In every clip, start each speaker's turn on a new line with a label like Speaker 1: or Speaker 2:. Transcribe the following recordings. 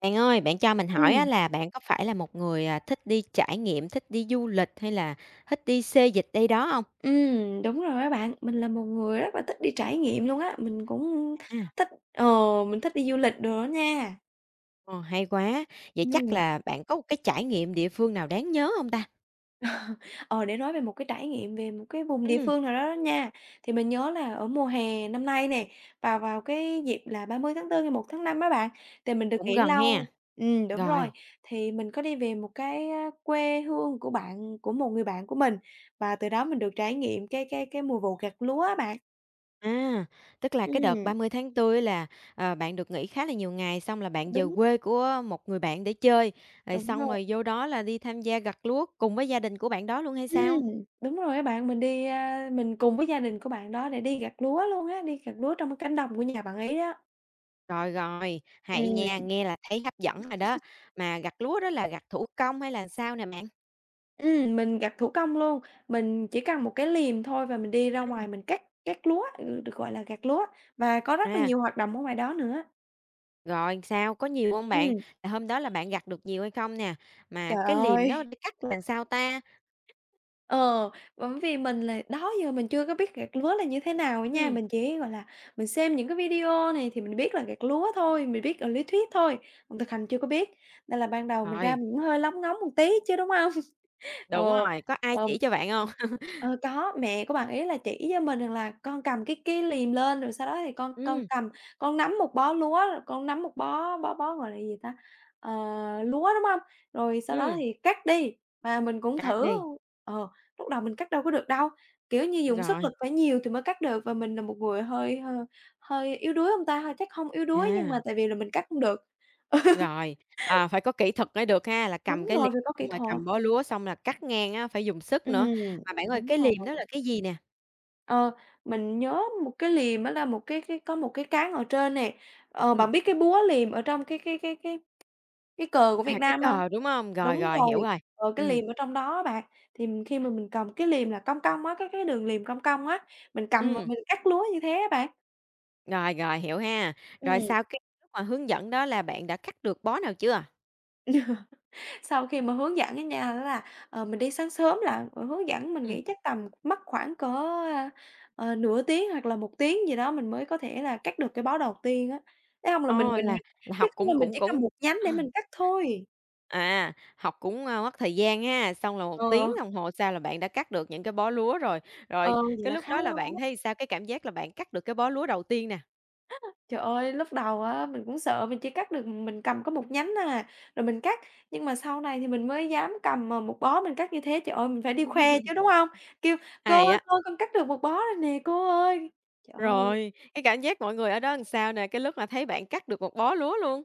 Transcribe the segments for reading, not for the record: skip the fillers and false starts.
Speaker 1: Bạn ơi, bạn cho mình hỏi á
Speaker 2: Ừm,
Speaker 1: là bạn có phải là một người, thích đi trải nghiệm, thích đi du lịch hay là thích đi xê dịch đây đó không?
Speaker 2: đúng rồi á bạn. Mình là một người rất là thích đi trải nghiệm luôn á, mình cũng
Speaker 1: À,
Speaker 2: thích ờ, mình thích đi du lịch đồ đó nha.
Speaker 1: ờ, hay quá. Vậy chắc
Speaker 2: Ừm,
Speaker 1: là bạn có một cái trải nghiệm địa phương nào đáng nhớ không ta?
Speaker 2: ờ, để nói về một cái trải nghiệm về một cái vùng địa
Speaker 1: Ừm,
Speaker 2: phương nào đó nha, thì mình nhớ là ở mùa hè năm nay nè, vào vào cái dịp là 30/4 hay 1/5 á bạn, thì mình được
Speaker 1: cũng
Speaker 2: nghỉ
Speaker 1: gần
Speaker 2: lâu.
Speaker 1: ha.
Speaker 2: Ừm, đúng rồi.
Speaker 1: Rồi,
Speaker 2: Thì mình có đi về một cái, quê hương của bạn của một người bạn của mình, và từ đó mình được trải nghiệm cái mùa vụ gặt lúa á bạn.
Speaker 1: à, tức là cái đợt
Speaker 2: Ừm,
Speaker 1: 30/4 á là, bạn được nghỉ khá là nhiều ngày, xong là bạn về
Speaker 2: đúng,
Speaker 1: quê của một người bạn để chơi, rồi
Speaker 2: đúng
Speaker 1: xong
Speaker 2: rồi.
Speaker 1: rồi vô đó là đi tham gia gặt lúa cùng với gia đình của bạn đó luôn hay sao?
Speaker 2: Đúng rồi á bạn, mình đi, a mình cùng với gia đình của bạn đó để đi gặt lúa luôn á, đi gặt lúa trong cái cánh đồng của nhà bạn ấy đó.
Speaker 1: Rồi, rồi, hãy
Speaker 2: Ừm,
Speaker 1: nha, nghe là thấy hấp dẫn rồi đó. Mà gặt lúa đó là gặt thủ công hay là sao nè bạn?
Speaker 2: mình gặt thủ công luôn, mình chỉ cần một cái liềm thôi và mình đi ra
Speaker 1: Ừm.
Speaker 2: ngoài mình cắt cắt lúa, ừ, được gọi là gặt lúa và có rất là
Speaker 1: À,
Speaker 2: nhiều hoạt động ở ngoài đó nữa.
Speaker 1: rồi sao, có nhiều không bạn?
Speaker 2: Ừm.
Speaker 1: Là hôm đó là bạn gặt được nhiều hay không nè? Mà
Speaker 2: Trời
Speaker 1: cái liềm đó
Speaker 2: ơi!
Speaker 1: đi cắt làm sao ta?
Speaker 2: Ờ, Bởi vì mình là đó giờ mình chưa có biết gặt lúa là như thế nào á nha,
Speaker 1: Ừ,
Speaker 2: gọi là, mình xem những cái video này thì mình biết là gặt lúa thôi, mình biết ở lý thuyết thôi, còn thực hành chưa có biết. Nên là ban đầu mình ra
Speaker 1: rồi,
Speaker 2: mình cũng hơi lóng ngóng một tí chứ, đúng không?
Speaker 1: đúng
Speaker 2: Ờ,
Speaker 1: rồi, có ai
Speaker 2: ờ.
Speaker 1: chỉ cho bạn không?
Speaker 2: Ờ, có, mẹ của bạn ấy là chỉ với mình rằng là con cầm cái liềm lên, rồi sau đó thì con
Speaker 1: Ừm,
Speaker 2: cầm con nắm một bó lúa, rồi con nắm một bó bó bó, gọi là gì ta, ờ, lúa, đúng hông? Rồi sau đó
Speaker 1: ừm,
Speaker 2: thì cắt đi, mà mình cũng
Speaker 1: cắt
Speaker 2: thử
Speaker 1: đi,
Speaker 2: ờ, lúc đầu mình cắt đâu có được đâu, kiểu như, dùng sức lực
Speaker 1: rồi,
Speaker 2: phải nhiều thì mới cắt được và mình là một người hơi hơi hơi yếu đuối hông ta? Hơi chắc hông yếu đuối nhưng
Speaker 1: à,
Speaker 2: mà tại vì là mình cắt hông được.
Speaker 1: rồi, phải có kỹ thuật mới được ha, là cầm
Speaker 2: Đúng
Speaker 1: cái liềm
Speaker 2: rồi, phải có kỹ
Speaker 1: xong rồi
Speaker 2: thuật.
Speaker 1: cầm bó lúa xong là cắt ngang á, phải dùng sức
Speaker 2: Ừm,
Speaker 1: nữa. Mà bạn ơi, cái
Speaker 2: đúng rồi.
Speaker 1: liềm đó là cái gì nè?
Speaker 2: Ờ, mình nhớ một cái liềm đó là một cái có một cái cán ở trên nè, bạn
Speaker 1: Ừm.
Speaker 2: biết cái búa liềm ở trong cái cờ của Việt
Speaker 1: À, cái
Speaker 2: Nam không?
Speaker 1: cờ, đúng hông? Rồi,
Speaker 2: Đúng
Speaker 1: rồi, hiểu
Speaker 2: rồi,
Speaker 1: rồi.
Speaker 2: cái
Speaker 1: Ừm,
Speaker 2: liềm ở trong đó bạn, thì mình khi mà mình cầm cái liềm là cong cong á, cái đường liềm cong cong á, mình cầm và
Speaker 1: ừm,
Speaker 2: mình cắt lúa như thế á bạn.
Speaker 1: rồi, rồi, hiểu ha. Rồi
Speaker 2: Ừm.
Speaker 1: sau cái lúc mà hướng dẫn đó là bạn đã cắt được bó nào chưa?
Speaker 2: Sau khi mà hướng dẫn á nha đó là, mình đi sáng sớm là hướng dẫn mình
Speaker 1: Ừm,
Speaker 2: nghĩ chắc tầm mất khoảng cỡ, ờ, nửa tiếng hoặc là một tiếng gì đó mình mới có thể là cắt được cái báo đầu tiên á, nếu không là mình
Speaker 1: ô,
Speaker 2: mình
Speaker 1: là
Speaker 2: mình
Speaker 1: là
Speaker 2: chứ
Speaker 1: học
Speaker 2: không là
Speaker 1: cũng
Speaker 2: mình
Speaker 1: cũng
Speaker 2: chỉ cầm
Speaker 1: cũng
Speaker 2: một nhánh
Speaker 1: ờ.
Speaker 2: để mình cắt thôi.
Speaker 1: À, học cũng, mất thời gian ha, xong là một tiếng
Speaker 2: Ờ,
Speaker 1: đồng hồ sau là bạn đã cắt được những cái bó lúa rồi. Rồi
Speaker 2: ờ, vậy
Speaker 1: cái
Speaker 2: là
Speaker 1: lúc
Speaker 2: khá
Speaker 1: đó là
Speaker 2: lâu
Speaker 1: bạn
Speaker 2: á.
Speaker 1: thấy sao? Cái cảm giác là bạn cắt được cái bó lúa đầu tiên nè?
Speaker 2: Trời ơi, lúc đầu á mình cũng sợ mình chỉ cắt được mình cầm có một nhánh à, rồi mình cắt, nhưng mà sau này thì mình mới dám cầm, một bó mình cắt như thế. Trời ơi, mình phải đi khoe chứ, đúng không? Kêu: "Cô
Speaker 1: Hay
Speaker 2: ơi,
Speaker 1: á.
Speaker 2: cô con cắt được một bó rồi nè, cô ơi!" Trời ơi.
Speaker 1: Rồi, cái cảm giác mọi người ở đó làm sao nè, cái lúc mà thấy bạn cắt được một bó lúa luôn?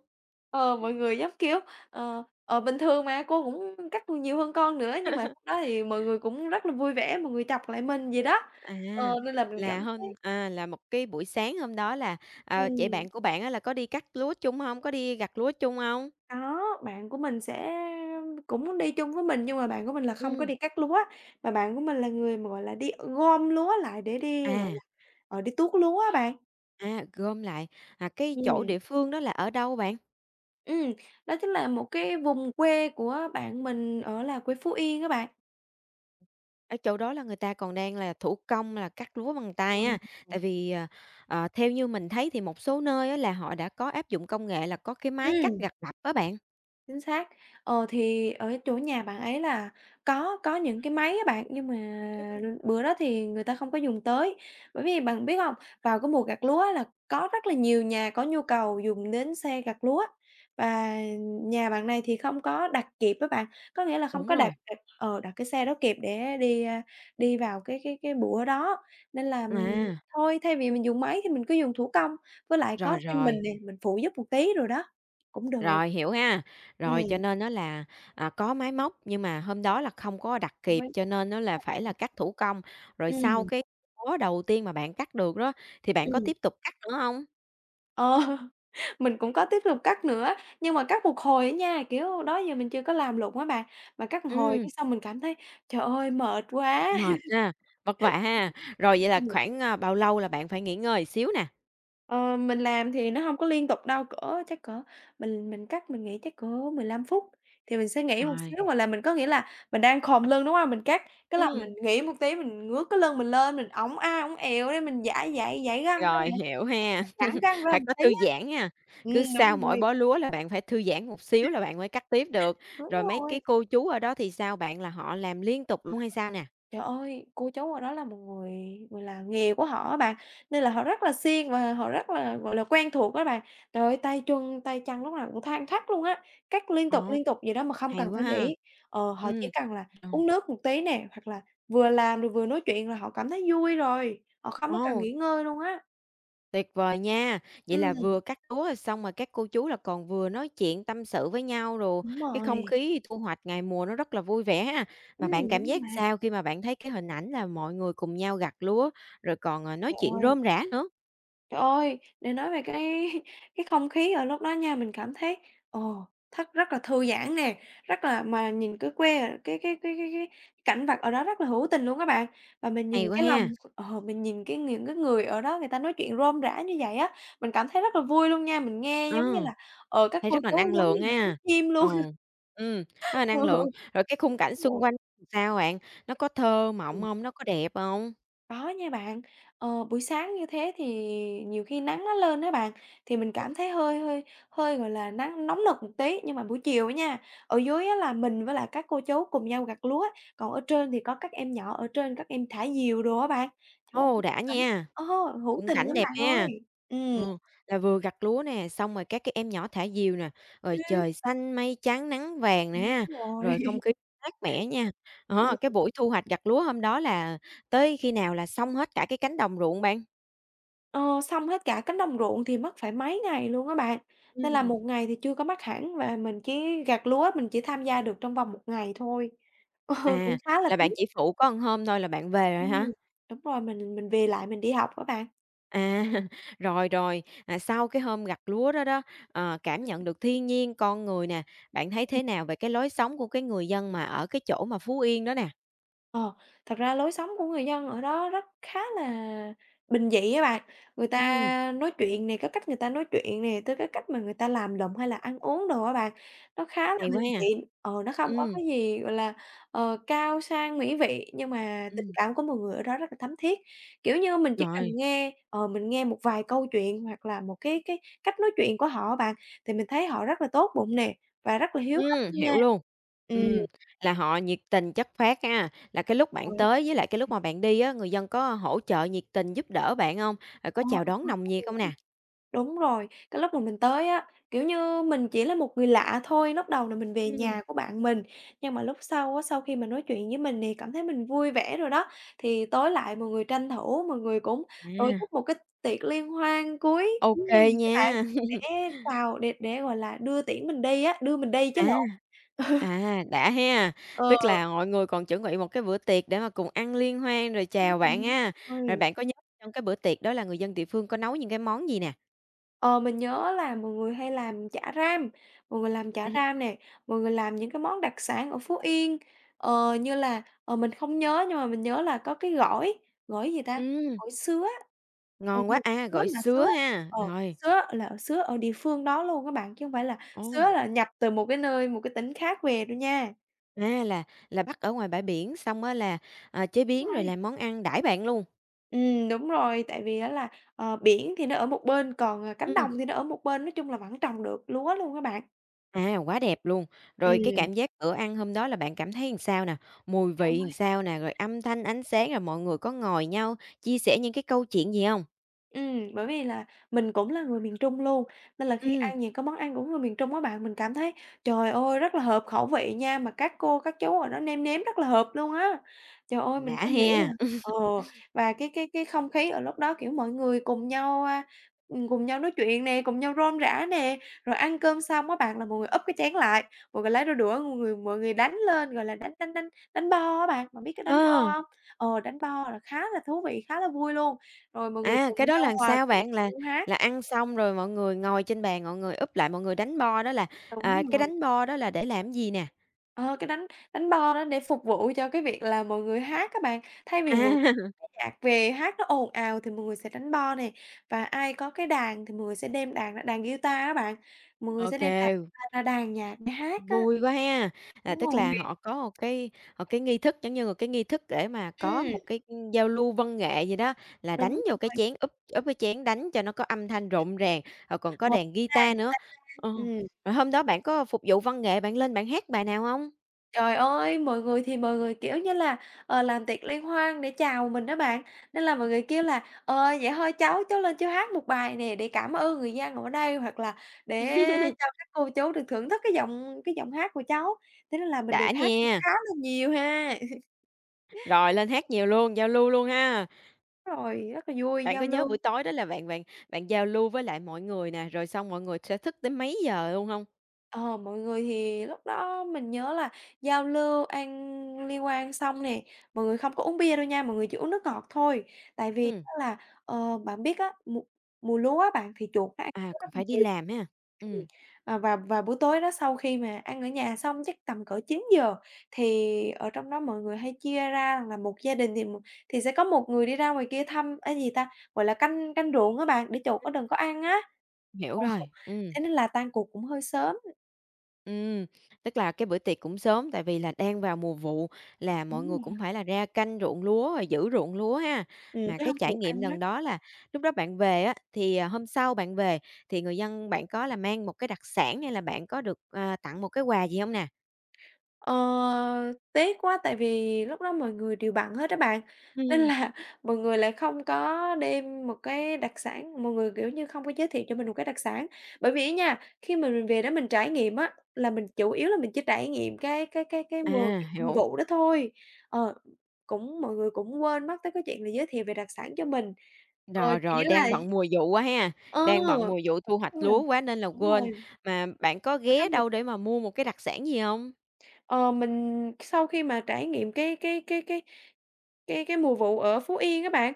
Speaker 2: Ờ, Mọi người giống, kiểu, bình thường mà, cô cũng cắt nhiều hơn con nữa, nhưng mà khúc đó thì mọi người cũng rất là vui vẻ, mọi người chọc lại mình gì đó.
Speaker 1: À,
Speaker 2: Nên là mình cảm thấy
Speaker 1: là một cái buổi sáng hôm đó là, vậy
Speaker 2: ừm,
Speaker 1: bạn của bạn á là có đi cắt lúa chung không? Có đi gặt lúa chung không?
Speaker 2: có, bạn của mình sẽ cũng đi chung với mình, nhưng mà bạn của mình là không có
Speaker 1: Ừm.
Speaker 2: đi cắt lúa, mà bạn của mình là người mà, gọi là, đi gom lúa lại để đi, gọi
Speaker 1: À,
Speaker 2: là, đi tuốt lúa á bạn.
Speaker 1: à, gom lại, cái chỗ
Speaker 2: Ừm,
Speaker 1: địa phương đó là ở đâu bạn?
Speaker 2: ừm, đó chính là một cái vùng quê của bạn mình ở là quê Phú Yên các bạn.
Speaker 1: Ở chỗ đó là người ta còn đang là thủ công là cắt lúa bằng tay
Speaker 2: Ừm.
Speaker 1: á, tại vì, theo như mình thấy thì một số nơi á là họ đã có áp dụng công nghệ là có cái máy cắt
Speaker 2: Ừm.
Speaker 1: gặt bập á bạn.
Speaker 2: Chính xác. Thì ở chỗ nhà bạn ấy là có những cái máy á bạn, nhưng mà bữa đó thì người ta không có dùng tới. Bởi vì bạn biết không? Vào cái mùa gặt lúa là có rất là nhiều nhà có nhu cầu dùng đến xe gặt lúa, và nhà bạn này thì không có đặt kịp á bạn, có nghĩa là không
Speaker 1: Đúng
Speaker 2: có đặt
Speaker 1: rồi.
Speaker 2: đặt ờ, đặt cái xe đó kịp để đi, đi vào cái bữa đó. Nên là,
Speaker 1: À,
Speaker 2: thôi thay vì mình dùng máy thì mình cứ dùng thủ công, với lại có
Speaker 1: rồi,
Speaker 2: thêm mình
Speaker 1: rồi.
Speaker 2: nè, mình phụ giúp một tí rồi đó, cũng được.
Speaker 1: Rồi, hiểu ha. Rồi, cho
Speaker 2: Ừm.
Speaker 1: nên nó là, có máy móc nhưng mà hôm đó là không có đặt
Speaker 2: Đồng
Speaker 1: kịp,
Speaker 2: ý.
Speaker 1: cho nên nó là phải là cắt thủ công. Rồi sau
Speaker 2: Ừm,
Speaker 1: cái bó đầu tiên mà bạn cắt được đó, thì bạn có
Speaker 2: ừm.
Speaker 1: tiếp tục cắt nữa không?
Speaker 2: Ờ, mình cũng có tiếp tục cắt nữa, nhưng mà cắt một hồi á nha, kiểu, đó giờ mình chưa có làm lụng á bạn, mà cắt một hồi
Speaker 1: Ừm,
Speaker 2: cái xong mình cảm thấy "Trời ơi, mệt quá!"
Speaker 1: mệt ha, vất vả ha. Rồi vậy là
Speaker 2: Ừ.
Speaker 1: khoảng, bao lâu là bạn phải nghỉ ngơi xíu nè?
Speaker 2: Ờ, mình làm thì nó không có liên tục đâu, cỡ chắc cỡ mình cắt mình nghĩ chắc cỡ 15 phút thì mình sẽ nghỉ một
Speaker 1: Rồi,
Speaker 2: xíu, hoặc là mình có nghĩa là mình đang khom lưng, đúng không? Mình cắt, cái là
Speaker 1: ừm,
Speaker 2: mình nghỉ một tí, mình ngước cái lưng mình lên, mình ống ẹo để mình giải giải giải gân á.
Speaker 1: rồi, hiểu ha.
Speaker 2: Giãn ra ra
Speaker 1: Phải
Speaker 2: một
Speaker 1: có
Speaker 2: tí
Speaker 1: thư
Speaker 2: á.
Speaker 1: giãn nha. Cứ sau
Speaker 2: Đúng
Speaker 1: mỗi
Speaker 2: rồi.
Speaker 1: bó lúa là bạn phải thư giãn một xíu là bạn mới cắt tiếp được.
Speaker 2: Đúng
Speaker 1: Rồi mấy
Speaker 2: rồi.
Speaker 1: cái cô chú ở đó thì sao? Bạn là họ làm liên tục luôn hay sao nè?
Speaker 2: Trời ơi, cô chú ở đó là một người, gọi là, nghề của họ á bạn, nên là họ rất là siêng và họ rất là, gọi là, quen thuộc á bạn. Trời ơi, tay chân lúc nào cũng than thắt luôn á, cắt
Speaker 1: Ờ.
Speaker 2: liên tục vậy đó mà không cần
Speaker 1: Hay quá
Speaker 2: phải
Speaker 1: ha.
Speaker 2: nghĩ. Họ chỉ
Speaker 1: Ừm.
Speaker 2: cần là
Speaker 1: Ờ,
Speaker 2: uống nước một tí nè, hoặc là vừa làm rồi vừa nói chuyện là họ cảm thấy vui rồi, họ không có cần
Speaker 1: ồ,
Speaker 2: nghỉ ngơi luôn á.
Speaker 1: tuyệt vời nha. Vậy là
Speaker 2: Ừm,
Speaker 1: vừa cắt lúa rồi xong rồi các cô chú là còn vừa nói chuyện tâm sự với nhau rồi
Speaker 2: đúng
Speaker 1: cái không
Speaker 2: rồi.
Speaker 1: khí thu hoạch ngày mùa nó rất là vui vẻ ha. Mà bạn
Speaker 2: Ừm,
Speaker 1: cảm
Speaker 2: đúng rồi
Speaker 1: giác
Speaker 2: bạn.
Speaker 1: sao khi mà bạn thấy cái hình ảnh là mọi người cùng nhau gặt lúa rồi còn, nói
Speaker 2: Trời
Speaker 1: chuyện
Speaker 2: ơi.
Speaker 1: rôm rả nữa?
Speaker 2: Trời ơi, để nói về cái cái không khí ở lúc đó nha, mình cảm thấy, ồ, thật rất là thư giãn nè, rất là mà nhìn cái quê cái cảnh vật ở đó rất là hữu tình luôn các bạn. Và mình nhìn
Speaker 1: Hay quá
Speaker 2: cái lòng
Speaker 1: ha.
Speaker 2: mình nhìn cái những cái người ở đó người ta nói chuyện rôm rã như vậy á, mình cảm thấy rất là vui luôn nha, mình nghe
Speaker 1: Ờ,
Speaker 2: giống như là, các
Speaker 1: thấy
Speaker 2: cô
Speaker 1: rất là
Speaker 2: chú
Speaker 1: năng
Speaker 2: giống như
Speaker 1: lượng
Speaker 2: là tiếng
Speaker 1: ha.
Speaker 2: chim luôn.
Speaker 1: Ờ, ừm, rất là năng lượng.
Speaker 2: Ừ.
Speaker 1: Rồi cái khung cảnh
Speaker 2: Đúng
Speaker 1: xung
Speaker 2: rồi.
Speaker 1: quanh sao bạn? Nó có thơ mộng hông? Nó có đẹp hông?
Speaker 2: Có nha bạn. Buổi sáng như thế thì nhiều khi nắng nó lên á bạn, thì mình cảm thấy hơi hơi hơi, gọi là, nắng nóng nực một tí, nhưng mà buổi chiều á nha, ở dưới á là mình với lại các cô chú cùng nhau gặt lúa, còn ở trên thì có các em nhỏ ở trên các em thả diều đồ á bạn. Trời
Speaker 1: Ồ,
Speaker 2: ơi,
Speaker 1: đã
Speaker 2: cảnh
Speaker 1: nha.
Speaker 2: ờ, hữu
Speaker 1: Khung
Speaker 2: tình
Speaker 1: cảnh
Speaker 2: lắm
Speaker 1: đẹp
Speaker 2: bạn
Speaker 1: ha.
Speaker 2: ơi. Ừ.
Speaker 1: Ừ, là vừa gặt lúa nè, xong rồi các cái em nhỏ thả diều nè, rồi
Speaker 2: Ừm.
Speaker 1: trời xanh mây trắng nắng vàng nè
Speaker 2: Đúng
Speaker 1: ha, rồi
Speaker 2: rồi.
Speaker 1: không khí mát mẻ nha. Ờ, cái buổi thu hoạch gặt lúa hôm đó là tới khi nào là xong hết cả cái cánh đồng ruộng bạn?
Speaker 2: Ờ, Xong hết cả cánh đồng ruộng thì mất phải mấy ngày luôn á bạn. Nên là
Speaker 1: Ừm,
Speaker 2: một ngày thì chưa có mắt hẳn và mình chỉ gặt lúa, mình chỉ tham gia được trong vòng một ngày thôi. Ừ, cũng
Speaker 1: à,
Speaker 2: khá là
Speaker 1: là
Speaker 2: tiếc.
Speaker 1: bạn chỉ phụ có một hôm thôi là bạn về rồi
Speaker 2: Ừm,
Speaker 1: hả?
Speaker 2: đúng rồi, mình về lại mình đi học các bạn.
Speaker 1: À, rồi, rồi, sau cái hôm gặt lúa đó đó, cảm nhận được thiên nhiên, con người nè, bạn thấy thế nào về cái lối sống của cái người dân mà ở cái chỗ mà Phú Yên đó nè?
Speaker 2: Ờ, Thật ra lối sống của người dân ở đó rất khá là bình dị á bạn. Người ta
Speaker 1: Ừm.
Speaker 2: nói chuyện này cái cách người ta nói chuyện này tới cái cách mà người ta làm lụng hay là ăn uống đồ á bạn, nó khá là
Speaker 1: Hay
Speaker 2: bình
Speaker 1: quá ha.
Speaker 2: dị, nó không có
Speaker 1: Ừm,
Speaker 2: cái gì, gọi là, cao sang mỹ vị, nhưng mà tình
Speaker 1: ừm,
Speaker 2: cảm của mọi người ở đó rất là thắm thiết. Kiểu như, mình chỉ
Speaker 1: rồi,
Speaker 2: cần nghe, ờ, mình nghe một vài câu chuyện hoặc là một cái cách nói chuyện của họ á bạn, thì mình thấy họ rất là tốt bụng nè, và rất là hiếu khách nha.
Speaker 1: hiểu luôn.
Speaker 2: Ừ,
Speaker 1: Ừm, là họ nhiệt tình chất phác ha, là cái lúc
Speaker 2: đúng
Speaker 1: bạn
Speaker 2: rồi.
Speaker 1: tới với lại cái lúc mà bạn đi á, người dân có hỗ trợ nhiệt tình giúp đỡ bạn hông? Rồi có
Speaker 2: Ờ.
Speaker 1: chào đón nồng nhiệt hông nè?
Speaker 2: Đúng rồi, cái lúc mà mình tới á, kiểu như, mình chỉ là một người lạ thôi, lúc đầu là mình về nhà
Speaker 1: Ừm,
Speaker 2: của bạn mình, nhưng mà lúc sau á, sau khi mà nói chuyện với mình thì cảm thấy mình vui vẻ rồi đó, thì tối lại mọi người tranh thủ, mọi người cũng tổ
Speaker 1: à,
Speaker 2: chức một cái tiệc liên hoan cuối
Speaker 1: ô
Speaker 2: cuối ngày
Speaker 1: kê
Speaker 2: các
Speaker 1: nha.
Speaker 2: bạn, để gọi là, đưa tiễn mình đi á, đưa mình đi chứ
Speaker 1: À,
Speaker 2: lộn.
Speaker 1: à, đã ha,
Speaker 2: Ờ.
Speaker 1: tức là mọi người còn chuẩn bị một cái bữa tiệc để mà cùng ăn liên hoan rồi chào bạn
Speaker 2: Ừm.
Speaker 1: ha. Rồi
Speaker 2: Rồi.
Speaker 1: bạn có nhớ trong cái bữa tiệc đó là người dân địa phương có nấu những cái món gì nè?
Speaker 2: Ờ, mình nhớ là mọi người hay làm chả ram, mọi người làm chả ram nè, mọi người làm những cái món đặc sản ở Phú Yên, như là, mình không nhớ nhưng mà mình nhớ là có cái gỏi, gỏi gì ta?
Speaker 1: Ừm,
Speaker 2: Gỏi sứa, hình
Speaker 1: ngon quá,
Speaker 2: như sứa
Speaker 1: gỏi
Speaker 2: là sứa
Speaker 1: sứa ha,
Speaker 2: ờ,
Speaker 1: rồi.
Speaker 2: sứa là sứa ở địa phương đó luôn các bạn, chứ không phải là sứa
Speaker 1: Ồ,
Speaker 2: là nhập từ một cái nơi, một cái tỉnh khác về đâu nha.
Speaker 1: à, là là bắt ở ngoài bãi biển xong á là, chế biến
Speaker 2: Đúng
Speaker 1: rồi
Speaker 2: rồi.
Speaker 1: làm món ăn đãi bạn luôn?
Speaker 2: Đúng rồi, tại vì á là, biển thì nó ở một bên, còn, cánh
Speaker 1: Ừm.
Speaker 2: đồng thì nó ở một bên, nói chung là vẫn trồng được lúa luôn các bạn.
Speaker 1: À, quá đẹp luôn! Rồi cái
Speaker 2: Ừm.
Speaker 1: cảm giác bữa ăn hôm đó là bạn cảm thấy làm sao nè? Mùi
Speaker 2: Trời
Speaker 1: vị làm
Speaker 2: ơi!
Speaker 1: sao nè? Rồi âm thanh, ánh sáng, rồi mọi người có ngồi nhau chia sẻ những cái câu chuyện gì không?
Speaker 2: Ừm. Bởi vì là mình cũng là người miền Trung luôn, nên là khi
Speaker 1: Ừ,
Speaker 2: ăn những cái món ăn của người miền Trung á bạn, mình cảm thấy, trời ơi, rất là hợp khẩu vị nha, mà các cô, các chú ở đó nêm nếm rất là hợp luôn á. Trời ơi, mình
Speaker 1: Đã
Speaker 2: không nghĩ là
Speaker 1: he.
Speaker 2: ờ, và cái không khí ở lúc đó, kiểu, mọi người cùng nhau, cùng nhau nói chuyện nè, cùng nhau rôm rả nè, rồi ăn cơm xong á bạn là mọi người úp cái chén lại, mọi người lấy đôi đũa, mọi người đánh lên, gọi là, đánh đánh đánh đánh bo á bạn, bạn biết cái đánh bo
Speaker 1: Ờ,
Speaker 2: không? Đánh bo là khá là thú vị, khá là vui luôn. Rồi mọi người cùng
Speaker 1: cái đó là
Speaker 2: nhau
Speaker 1: làm
Speaker 2: hòa
Speaker 1: sao
Speaker 2: quyện
Speaker 1: bạn?
Speaker 2: cùng
Speaker 1: Là
Speaker 2: nhau hát.
Speaker 1: là ăn xong rồi mọi người ngồi trên bàn, mọi người úp lại, mọi người đánh bo đó là,
Speaker 2: Đúng
Speaker 1: cái
Speaker 2: rồi,
Speaker 1: đánh bo đó là để làm gì nè?
Speaker 2: ờ, cái đánh đánh bo đó để phục vụ cho cái việc là mọi người hát các bạn. Thay vì mọi người
Speaker 1: À,
Speaker 2: nghe nhạc về hát nó ồn ào thì mọi người sẽ đánh bo nè, và ai có cái đàn thì mọi người sẽ đem đàn ra, đàn guitar á bạn, mọi người
Speaker 1: ô
Speaker 2: sẽ đem đàn guitar ra đàn nhạc để hát á.
Speaker 1: vui quá ha! À,
Speaker 2: Đúng
Speaker 1: tức
Speaker 2: rồi,
Speaker 1: là họ có một cái nghi thức, giống như một cái nghi thức để mà có
Speaker 2: ừm,
Speaker 1: một cái, giao lưu văn nghệ gì đó, là
Speaker 2: đúng
Speaker 1: đánh vô cái
Speaker 2: rồi,
Speaker 1: chén, úp úp cái chén đánh cho nó có âm thanh rộn ràng, rồi còn có
Speaker 2: một
Speaker 1: đàn
Speaker 2: đàn
Speaker 1: guitar nữa.
Speaker 2: guitar,
Speaker 1: Ờ,
Speaker 2: ừm.
Speaker 1: rồi hôm đó bạn có phục vụ văn nghệ, bạn lên bạn hát bài nào không?
Speaker 2: Trời ơi, mọi người thì mọi người, kiểu như là, làm tiệc liên hoan để chào mình đó bạn, nên là mọi người kêu là "Ờ, vậy thôi cháu, cháu lên cháu hát một bài nè để cảm ơn người dân ở đây", hoặc là "Để cho các cô chú được thưởng thức cái giọng hát của cháu", thế nên là mình được
Speaker 1: Đã
Speaker 2: hát cũng
Speaker 1: nha,
Speaker 2: khá là nhiều ha.
Speaker 1: rồi lên hát nhiều luôn, giao lưu luôn ha.
Speaker 2: Rồi, rất là vui,
Speaker 1: Bạn
Speaker 2: giao
Speaker 1: có nhớ
Speaker 2: lưu.
Speaker 1: buổi tối đó là bạn bạn bạn giao lưu với lại mọi người nè, rồi xong mọi người sẽ thức tới mấy giờ luôn không?
Speaker 2: Ờ, Mọi người thì lúc đó mình nhớ là giao lưu ăn liên quan xong nè, mọi người không có uống bia đâu nha, mọi người chỉ uống nước ngọt thôi. Tại vì
Speaker 1: Ừm,
Speaker 2: á là, bạn biết á, mùa mùa lúa á bạn thì chuột nó ăn lúa rất
Speaker 1: còn
Speaker 2: là
Speaker 1: phải đi
Speaker 2: nhiều.
Speaker 1: làm ha.
Speaker 2: Ừm,
Speaker 1: Ừm,
Speaker 2: à, và và buổi tối đó sau khi mà ăn ở nhà xong chắc tầm cỡ 9 giờ thì ở trong đó mọi người hay chia ra là một gia đình thì một thì sẽ có một người đi ra ngoài kia thăm gì ta, gọi là, canh canh ruộng các bạn, để chuột nó đừng có ăn á.
Speaker 1: hiểu
Speaker 2: Ờ,
Speaker 1: rồi,
Speaker 2: Thế nên là tan cuộc cũng hơi sớm.
Speaker 1: Ừm, tức là cái bữa tiệc cũng sớm, tại vì là đang vào mùa vụ là mọi
Speaker 2: Đúng
Speaker 1: người
Speaker 2: rồi,
Speaker 1: cũng phải là ra canh ruộng lúa rồi giữ ruộng lúa ha. Mà
Speaker 2: Chứ
Speaker 1: cái
Speaker 2: hông
Speaker 1: trải
Speaker 2: thuộc
Speaker 1: nghiệm
Speaker 2: ăn
Speaker 1: lần
Speaker 2: mắt.
Speaker 1: đó là lúc đó bạn về á, thì, hôm sau bạn về thì người dân bạn có là mang một cái đặc sản hay là bạn có được, tặng một cái quà gì không nè?
Speaker 2: Ờ, Tiếc quá tại vì lúc đó mọi người đều bận hết á bạn, nên
Speaker 1: Ừm.
Speaker 2: là mọi người lại không có đem một cái đặc sản mọi người, kiểu như, không có giới thiệu cho mình một cái đặc sản. Bởi vì á nha, khi mà mình về đó mình trải nghiệm á, là mình chủ yếu là mình chỉ trải nghiệm cái mùa
Speaker 1: À,
Speaker 2: mùa
Speaker 1: hiểu.
Speaker 2: vụ đó thôi. Ờ, Cũng mọi người cũng quên mất tới cái chuyện là giới thiệu về đặc sản cho mình.
Speaker 1: Rồi,
Speaker 2: Chỉ
Speaker 1: rồi,
Speaker 2: là
Speaker 1: đang bận mùa vụ quá ha,
Speaker 2: ờ,
Speaker 1: đang bận
Speaker 2: nói
Speaker 1: mùa vụ thu hoạch
Speaker 2: chung là
Speaker 1: lúa quá nên là
Speaker 2: đúng
Speaker 1: quên.
Speaker 2: rồi,
Speaker 1: Mà bạn có
Speaker 2: ở
Speaker 1: ghé
Speaker 2: trong một.
Speaker 1: đâu để mà mua một cái đặc sản gì không?
Speaker 2: Ờ, mình sau khi mà trải nghiệm cái mùa vụ ở Phú Yên các bạn,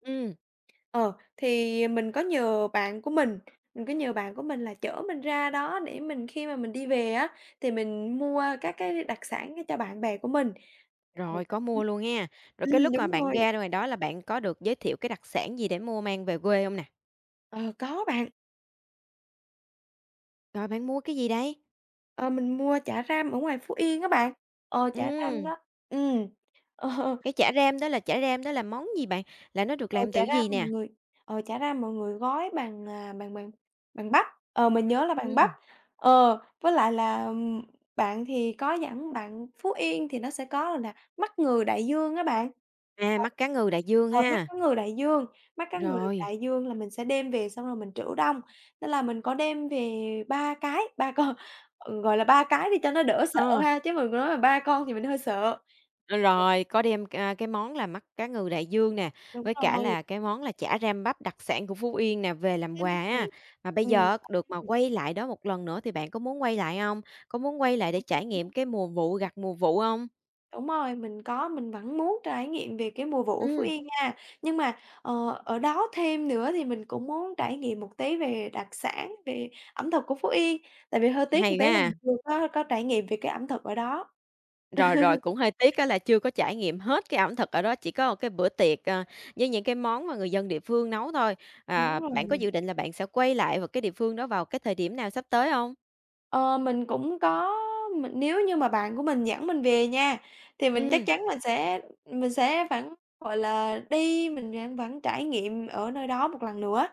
Speaker 1: Ừm.
Speaker 2: ờ, thì mình có nhờ bạn của mình có nhờ bạn của mình là chở mình ra đó để mình khi mà mình đi về á, thì mình mua các cái đặc sản cho bạn bè của mình. Ừ,
Speaker 1: Rồi, có
Speaker 2: ừm,
Speaker 1: mua luôn ha. Rồi cái lúc mà
Speaker 2: đúng
Speaker 1: bạn
Speaker 2: rồi,
Speaker 1: ra ngoài đó là bạn có được giới thiệu cái đặc sản gì để mua mang về quê không nè?
Speaker 2: ờ, có bạn,
Speaker 1: Rồi bạn mua cái gì đấy?
Speaker 2: ờ, mình mua chả ram ở ngoài Phú Yên các bạn, chả ram
Speaker 1: Ừm,
Speaker 2: đó, ừm. Ờ.
Speaker 1: cái chả ram đó là chả ram đó là món gì bạn? Là nó được
Speaker 2: Ờ,
Speaker 1: làm
Speaker 2: chả
Speaker 1: từ
Speaker 2: ra
Speaker 1: gì
Speaker 2: mọi
Speaker 1: nè?
Speaker 2: người Chả ra mọi người gói bằng, bằng bắp, mình nhớ là bằng bắp.
Speaker 1: Ừm,
Speaker 2: Với lại là, bạn thì có dẫn bạn Phú Yên thì nó sẽ có là mắt người đại dương á bạn. Ờ.
Speaker 1: mắt cá ngừ đại dương
Speaker 2: Mắt
Speaker 1: ha.
Speaker 2: cá ngừ đại dương, mắt cá ngừ
Speaker 1: Rồi,
Speaker 2: đại dương là mình sẽ đem về xong rồi mình trữ đông, nên là mình có đem về 3 cái, 3 con, gọi là 3 cái đi cho nó đỡ sợ
Speaker 1: ờ,
Speaker 2: ha, chứ mình nói là 3 con thì mình hơi sợ.
Speaker 1: rồi, có đem, cái món là mắt cá ngừ đại dương nè,
Speaker 2: Đúng
Speaker 1: với cả
Speaker 2: rồi,
Speaker 1: là cái món là chả ram bắp đặc sản của Phú Yên nè, về làm quà
Speaker 2: ừm,
Speaker 1: ha. Mà bây
Speaker 2: ừm.
Speaker 1: giờ được mà quay lại đó một lần nữa thì bạn có muốn quay lại không? Có muốn quay lại để trải nghiệm cái mùa vụ gặt mùa vụ không?
Speaker 2: Đúng rồi, mình có, mình vẫn muốn trải nghiệm về cái mùa vụ ở Phú
Speaker 1: Ừm,
Speaker 2: Yên nha. Nhưng mà, ở đó thêm nữa thì mình cũng muốn trải nghiệm một tí về đặc sản, về ẩm thực của Phú Yên, tại vì hơi tiếc một
Speaker 1: hay
Speaker 2: tí là
Speaker 1: quá
Speaker 2: mình
Speaker 1: ha.
Speaker 2: chưa có trải nghiệm về cái ẩm thực ở đó.
Speaker 1: Rồi, rồi, cũng hơi tiếc á là chưa có trải nghiệm hết cái ẩm thực ở đó, chỉ có một cái bữa tiệc, với những cái món mà người dân địa phương nấu thôi.
Speaker 2: Đúng
Speaker 1: À, bạn có
Speaker 2: rồi.
Speaker 1: dự định là bạn sẽ quay lại vào cái địa phương đó vào cái thời điểm nào sắp tới không?
Speaker 2: Ờ, mình cũng có mình nếu như mà bạn của mình dẫn mình về nha, thì mình chắc
Speaker 1: Ừm,
Speaker 2: chắn mình sẽ vẫn, gọi là, đi, mình vẫn vẫn trải nghiệm ở nơi đó một lần nữa.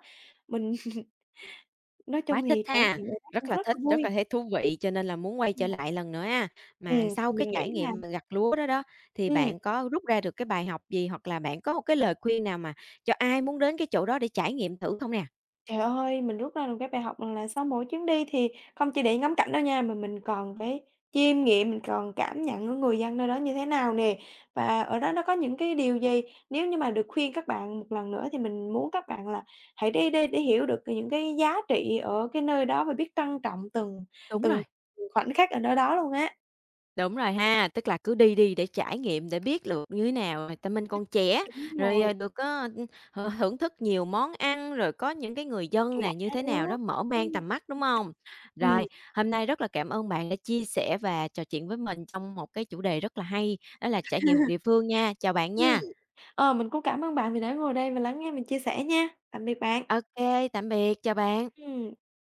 Speaker 2: Mình nói chung
Speaker 1: quá thích
Speaker 2: thì trải
Speaker 1: ha,
Speaker 2: nghiệm ở đó cũng
Speaker 1: rất là
Speaker 2: rất là
Speaker 1: thích, rất
Speaker 2: vui.
Speaker 1: là thấy thú vị cho nên là muốn quay
Speaker 2: Ừ.
Speaker 1: trở lại lần nữa ha. Mà
Speaker 2: Ừm, thì
Speaker 1: sau
Speaker 2: mình
Speaker 1: cái trải
Speaker 2: nghĩ là
Speaker 1: nghiệm mà gặt lúa đó đó, thì
Speaker 2: ừm,
Speaker 1: bạn có rút ra được cái bài học gì, hoặc là bạn có một cái lời khuyên nào mà cho ai muốn đến cái chỗ đó để trải nghiệm thử không nè?
Speaker 2: trời ơi, mình rút ra được cái bài học rằng là sau mỗi chuyến đi thì không chỉ để ngắm cảnh đâu nha, mà mình còn phải chiêm nghiệm, mình còn cảm nhận của người dân nơi đó như thế nào nè. Và ở đó nó có những cái điều gì, nếu như mà được khuyên các bạn một lần nữa thì mình muốn các bạn là hãy đi đi để hiểu được những cái giá trị ở cái nơi đó và biết trân trọng từng
Speaker 1: Đúng
Speaker 2: từng
Speaker 1: rồi.
Speaker 2: khoảnh khắc ở nơi đó luôn á.
Speaker 1: Đúng rồi ha, tức là cứ đi đi để trải nghiệm, để biết được như thế nào, tại mình còn trẻ,
Speaker 2: Đúng
Speaker 1: rồi,
Speaker 2: rồi,
Speaker 1: được có, thưởng thức nhiều món ăn, rồi có những cái người
Speaker 2: vật
Speaker 1: dân
Speaker 2: lạ
Speaker 1: này như thế nào
Speaker 2: đó.
Speaker 1: đó mở
Speaker 2: Ừm,
Speaker 1: mang
Speaker 2: ừm.
Speaker 1: tầm mắt, đúng không? Rồi, hôm nay rất là cảm ơn bạn đã chia sẻ và trò chuyện với mình trong một cái chủ đề rất là hay, đó là trải nghiệm một địa phương nha. Chào bạn nha.
Speaker 2: Ờ, mình cũng cảm ơn bạn vì đã ngồi đây và lắng nghe mình chia sẻ nha. Tạm biệt bạn.
Speaker 1: OK tạm biệt, chào bạn.
Speaker 2: Ừm.